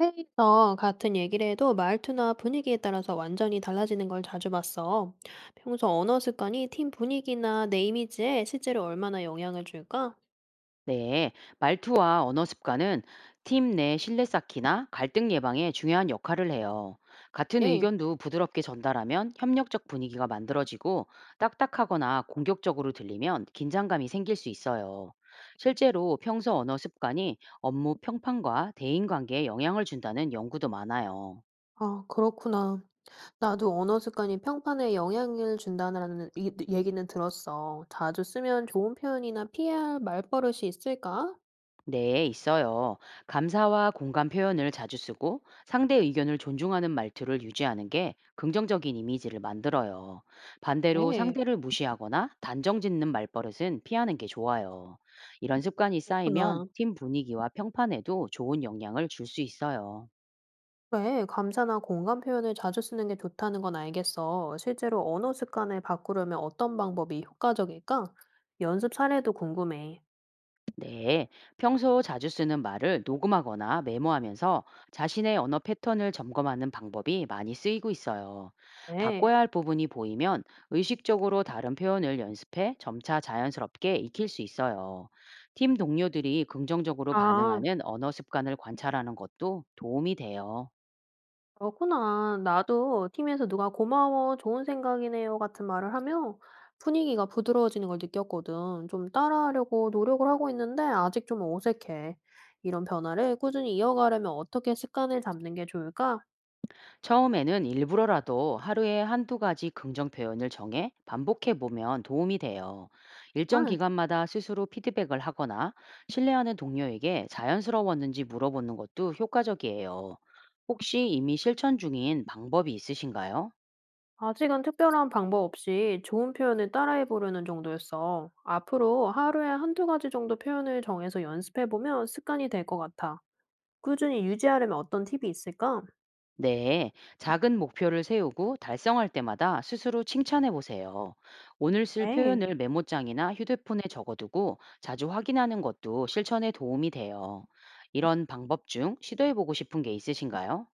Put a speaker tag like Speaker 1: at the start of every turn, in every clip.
Speaker 1: 회의에서 같은 얘기를 해도 말투나 분위기에 따라서 완전히 달라지는 걸 자주 봤어. 평소 언어 습관이 팀 분위기나 내 이미지에 실제로 얼마나 영향을 줄까?
Speaker 2: 네, 말투와 언어 습관은 팀 내 신뢰 쌓기나 갈등 예방에 중요한 역할을 해요. 같은
Speaker 1: 네.
Speaker 2: 의견도 부드럽게 전달하면 협력적 분위기가 만들어지고 딱딱하거나 공격적으로 들리면 긴장감이 생길 수 있어요. 실제로 평소 언어 습관이 업무 평판과 대인 관계에 영향을 준다는 연구도 많아요.
Speaker 1: 아, 그렇구나. 나도 언어 습관이 평판에 영향을 준다는 얘기는 들었어. 자주 쓰면 좋은 표현이나 피해야 할 말버릇이 있을까?
Speaker 2: 네, 있어요. 감사와 공감 표현을 자주 쓰고 상대 의견을 존중하는 말투를 유지하는 게 긍정적인 이미지를 만들어요. 반대로
Speaker 1: 네,
Speaker 2: 상대를 무시하거나 단정 짓는 말버릇은 피하는 게 좋아요. 이런 습관이 쌓이면
Speaker 1: 그렇구나.
Speaker 2: 팀 분위기와 평판에도 좋은 영향을 줄 수 있어요.
Speaker 1: 그래, 감사나 공감 표현을 자주 쓰는 게 좋다는 건 알겠어. 실제로 언어 습관을 바꾸려면 어떤 방법이 효과적일까? 연습 사례도 궁금해.
Speaker 2: 네, 평소 자주 쓰는 말을 녹음하거나 메모하면서 자신의 언어 패턴을 점검하는 방법이 많이 쓰이고 있어요.
Speaker 1: 네.
Speaker 2: 바꿔야 할 부분이 보이면 의식적으로 다른 표현을 연습해 점차 자연스럽게 익힐 수 있어요. 팀 동료들이 긍정적으로
Speaker 1: 아,
Speaker 2: 반응하는 언어 습관을 관찰하는 것도 도움이 돼요.
Speaker 1: 그렇구나. 나도 팀에서 누가 고마워, 좋은 생각이네요 같은 말을 하며 분위기가 부드러워지는 걸 느꼈거든. 좀 따라하려고 노력을 하고 있는데 아직 좀 어색해. 이런 변화를 꾸준히 이어가려면 어떻게 습관을 잡는 게 좋을까?
Speaker 2: 처음에는 일부러라도 하루에 한두 가지 긍정 표현을 정해 반복해 보면 도움이 돼요. 일정
Speaker 1: 아,
Speaker 2: 기간마다 스스로 피드백을 하거나 신뢰하는 동료에게 자연스러웠는지 물어보는 것도 효과적이에요. 혹시 이미 실천 중인 방법이 있으신가요?
Speaker 1: 아직은 특별한 방법 없이 좋은 표현을 따라해 보려는 정도였어. 앞으로 하루에 한 두 가지 정도 표현을 정해서 연습해 보면 습관이 될 것 같아. 꾸준히 유지하려면 어떤 팁이 있을까?
Speaker 2: 네, 작은 목표를 세우고 달성할 때마다 스스로 칭찬해 보세요. 오늘 쓸
Speaker 1: 네,
Speaker 2: 표현을 메모장이나 휴대폰에 적어두고 자주 확인하는 것도 실천에 도움이 돼요. 이런 방법 중 시도해 보고 싶은 게 있으신가요?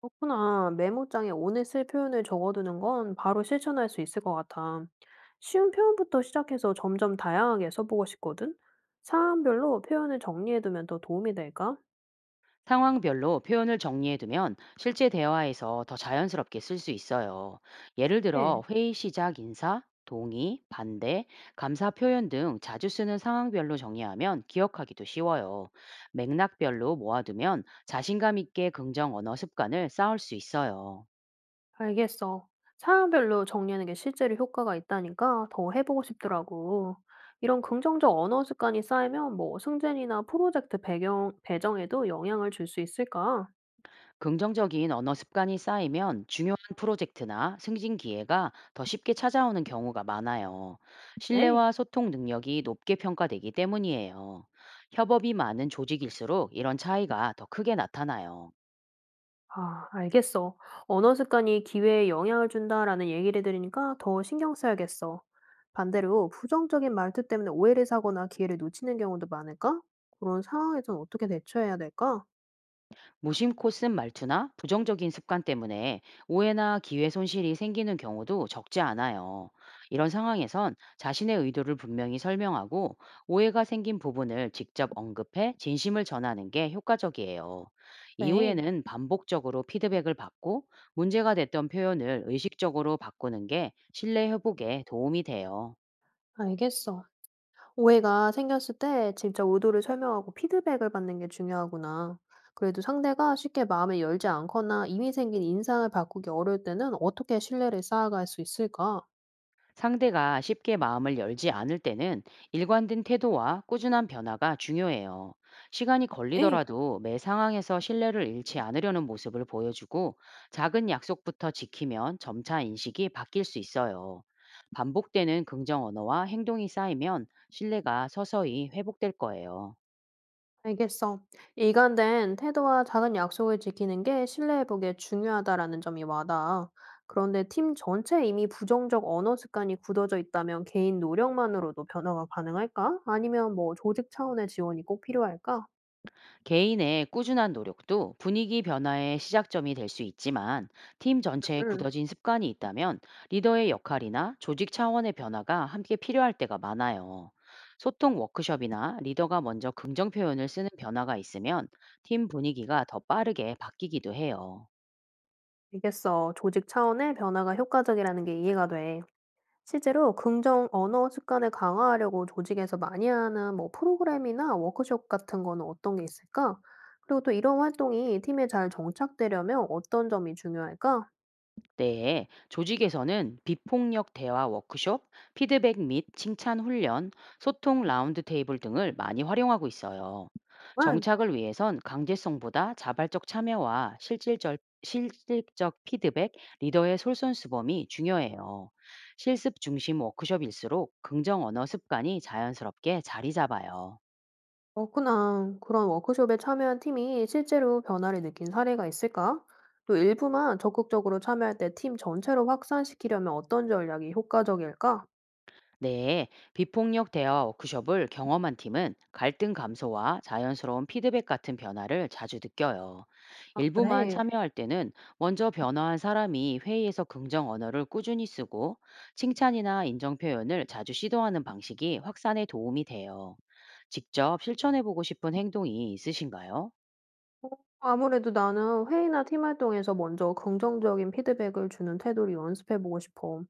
Speaker 1: 그렇구나. 메모장에 오늘 쓸 표현을 적어두는 건 바로 실천할 수 있을 것 같아. 쉬운 표현부터 시작해서 점점 다양하게 써보고 싶거든? 상황별로 표현을 정리해두면 더 도움이 될까?
Speaker 2: 상황별로 표현을 정리해두면 실제 대화에서 더 자연스럽게 쓸 수 있어요. 예를 들어
Speaker 1: 네.
Speaker 2: 회의 시작 인사, 동의, 반대, 감사 표현 등 자주 쓰는 상황별로 정리하면 기억하기도 쉬워요. 맥락별로 모아두면 자신감 있게 긍정 언어 습관을 쌓을 수 있어요.
Speaker 1: 알겠어. 사안별로 정리하는 게 실제로 효과가 있다니까 더 해보고 싶더라고. 이런 긍정적 언어 습관이 쌓이면 뭐 승진이나 프로젝트 배경, 배정에도 영향을 줄 수 있을까?
Speaker 2: 긍정적인 언어 습관이 쌓이면 중요한 프로젝트나 승진 기회가 더 쉽게 찾아오는 경우가 많아요.
Speaker 1: 에이,
Speaker 2: 신뢰와 소통 능력이 높게 평가되기 때문이에요. 협업이 많은 조직일수록 이런 차이가 더 크게 나타나요.
Speaker 1: 아, 알겠어. 언어 습관이 기회에 영향을 준다라는 얘기를 들으니까 더 신경 써야겠어. 반대로 부정적인 말투 때문에 오해를 사거나 기회를 놓치는 경우도 많을까? 그런 상황에선 어떻게 대처해야 될까?
Speaker 2: 무심코 쓴 말투나 부정적인 습관 때문에 오해나 기회 손실이 생기는 경우도 적지 않아요. 이런 상황에선 자신의 의도를 분명히 설명하고 오해가 생긴 부분을 직접 언급해 진심을 전하는 게 효과적이에요.
Speaker 1: 네,
Speaker 2: 이후에는 반복적으로 피드백을 받고 문제가 됐던 표현을 의식적으로 바꾸는 게 신뢰 회복에 도움이 돼요.
Speaker 1: 알겠어. 오해가 생겼을 때 진짜 의도를 설명하고 피드백을 받는 게 중요하구나. 그래도 상대가 쉽게 마음을 열지 않거나 이미 생긴 인상을 바꾸기 어려울 때는 어떻게 신뢰를 쌓아갈 수 있을까?
Speaker 2: 상대가 쉽게 마음을 열지 않을 때는 일관된 태도와 꾸준한 변화가 중요해요. 시간이
Speaker 1: 네,
Speaker 2: 걸리더라도 매 상황에서 신뢰를 잃지 않으려는 모습을 보여주고 작은 약속부터 지키면 점차 인식이 바뀔 수 있어요. 반복되는 긍정 언어와 행동이 쌓이면 신뢰가 서서히 회복될 거예요.
Speaker 1: 알겠어. 일관된 태도와 작은 약속을 지키는 게 신뢰회복에 중요하다라는 점이 와닿아. 그런데 팀 전체에 이미 부정적 언어 습관이 굳어져 있다면 개인 노력만으로도 변화가 가능할까? 아니면 뭐 조직 차원의 지원이 꼭 필요할까?
Speaker 2: 개인의 꾸준한 노력도 분위기 변화의 시작점이 될 수 있지만 팀 전체에
Speaker 1: 음.
Speaker 2: 굳어진 습관이 있다면 리더의 역할이나 조직 차원의 변화가 함께 필요할 때가 많아요. 소통 워크숍이나 리더가 먼저 긍정 표현을 쓰는 변화가 있으면 팀 분위기가 더 빠르게 바뀌기도 해요.
Speaker 1: 알겠어. 조직 차원의 변화가 효과적이라는 게 이해가 돼. 실제로 긍정 언어 습관을 강화하려고 조직에서 많이 하는 뭐 프로그램이나 워크숍 같은 거는 어떤 게 있을까? 그리고 또 이런 활동이 팀에 잘 정착되려면 어떤 점이 중요할까?
Speaker 2: 네, 조직에서는 비폭력 대화 워크숍, 피드백 및 칭찬 훈련, 소통 라운드 테이블 등을 많이 활용하고 있어요.
Speaker 1: 응,
Speaker 2: 정착을 위해선 강제성보다 자발적 참여와 실질적 피드백, 리더의 솔선수범이 중요해요. 실습 중심 워크숍일수록 긍정 언어 습관이 자연스럽게 자리 잡아요.
Speaker 1: 그렇구나. 그런 워크숍에 참여한 팀이 실제로 변화를 느낀 사례가 있을까? 또 일부만 적극적으로 참여할 때 팀 전체로 확산시키려면 어떤 전략이 효과적일까?
Speaker 2: 네, 비폭력 대화 워크숍을 경험한 팀은 갈등 감소와 자연스러운 피드백 같은 변화를 자주 느껴요.
Speaker 1: 아,
Speaker 2: 일부만
Speaker 1: 그래.
Speaker 2: 참여할 때는 먼저 변화한 사람이 회의에서 긍정 언어를 꾸준히 쓰고 칭찬이나 인정 표현을 자주 시도하는 방식이 확산에 도움이 돼요. 직접 실천해보고 싶은 행동이 있으신가요?
Speaker 1: 아무래도 나는 회의나 팀 활동에서 먼저 긍정적인 피드백을 주는 태도를 연습해보고 싶어.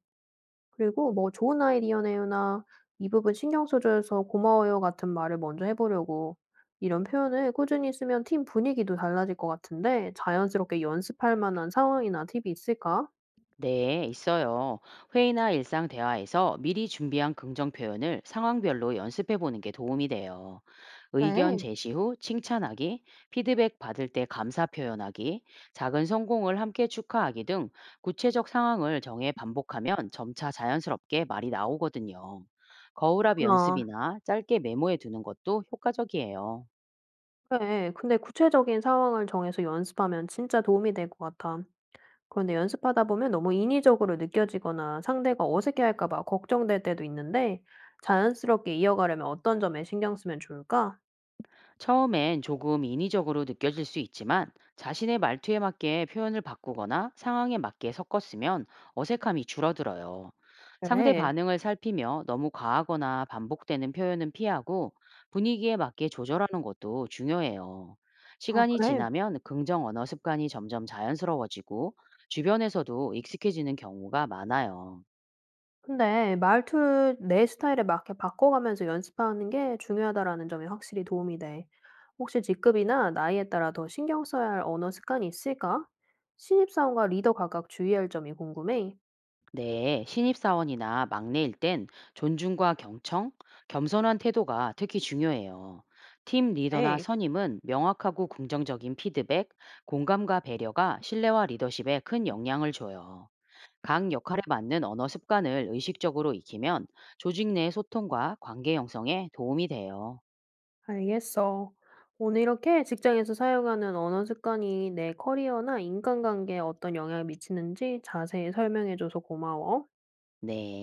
Speaker 1: 그리고 뭐 좋은 아이디어네요나 이 부분 신경 써줘서 고마워요 같은 말을 먼저 해보려고. 이런 표현을 꾸준히 쓰면 팀 분위기도 달라질 것 같은데 자연스럽게 연습할 만한 상황이나 팁이 있을까?
Speaker 2: 네, 있어요. 회의나 일상 대화에서 미리 준비한 긍정 표현을 상황별로 연습해 보는 게 도움이 돼요. 의견
Speaker 1: 네.
Speaker 2: 제시 후 칭찬하기, 피드백 받을 때 감사 표현하기, 작은 성공을 함께 축하하기 등 구체적 상황을 정해 반복하면 점차 자연스럽게 말이 나오거든요. 거울압
Speaker 1: 나
Speaker 2: 연습이나 짧게 메모해 두는 것도 효과적이에요.
Speaker 1: 그래. 근데 구체적인 상황을 정해서 연습하면 진짜 도움이 될 것 같아. 그런데 연습하다 보면 너무 인위적으로 느껴지거나 상대가 어색해할까 봐 걱정될 때도 있는데 자연스럽게 이어가려면 어떤 점에 신경 쓰면 좋을까?
Speaker 2: 처음엔 조금 인위적으로 느껴질 수 있지만 자신의 말투에 맞게 표현을 바꾸거나 상황에 맞게 섞었으면 어색함이 줄어들어요. 상대
Speaker 1: 그래.
Speaker 2: 반응을 살피며 너무 과하거나 반복되는 표현은 피하고 분위기에 맞게 조절하는 것도 중요해요.
Speaker 1: 아,
Speaker 2: 시간이
Speaker 1: 그래.
Speaker 2: 지나면 긍정 언어 습관이 점점 자연스러워지고 주변에서도 익숙해지는 경우가 많아요.
Speaker 1: 근데 말투 내 스타일에 맞게 바꿔가면서 연습하는 게 중요하다라는 점이 확실히 도움이 돼. 혹시 직급이나 나이에 따라 더 신경 써야 할 언어 습관이 있을까? 신입사원과 리더 각각 주의할 점이 궁금해.
Speaker 2: 네, 신입사원이나 막내일 땐 존중과 경청, 겸손한 태도가 특히 중요해요. 팀 리더나
Speaker 1: 네.
Speaker 2: 선임은 명확하고 긍정적인 피드백, 공감과 배려가 신뢰와 리더십에 큰 영향을 줘요. 각 역할에 맞는 언어 습관을 의식적으로 익히면 조직 내 소통과 관계 형성에 도움이 돼요.
Speaker 1: 알겠어. 오늘 이렇게 직장에서 사용하는 언어 습관이 내 커리어나 인간관계에 어떤 영향을 미치는지 자세히 설명해줘서 고마워.
Speaker 2: 네.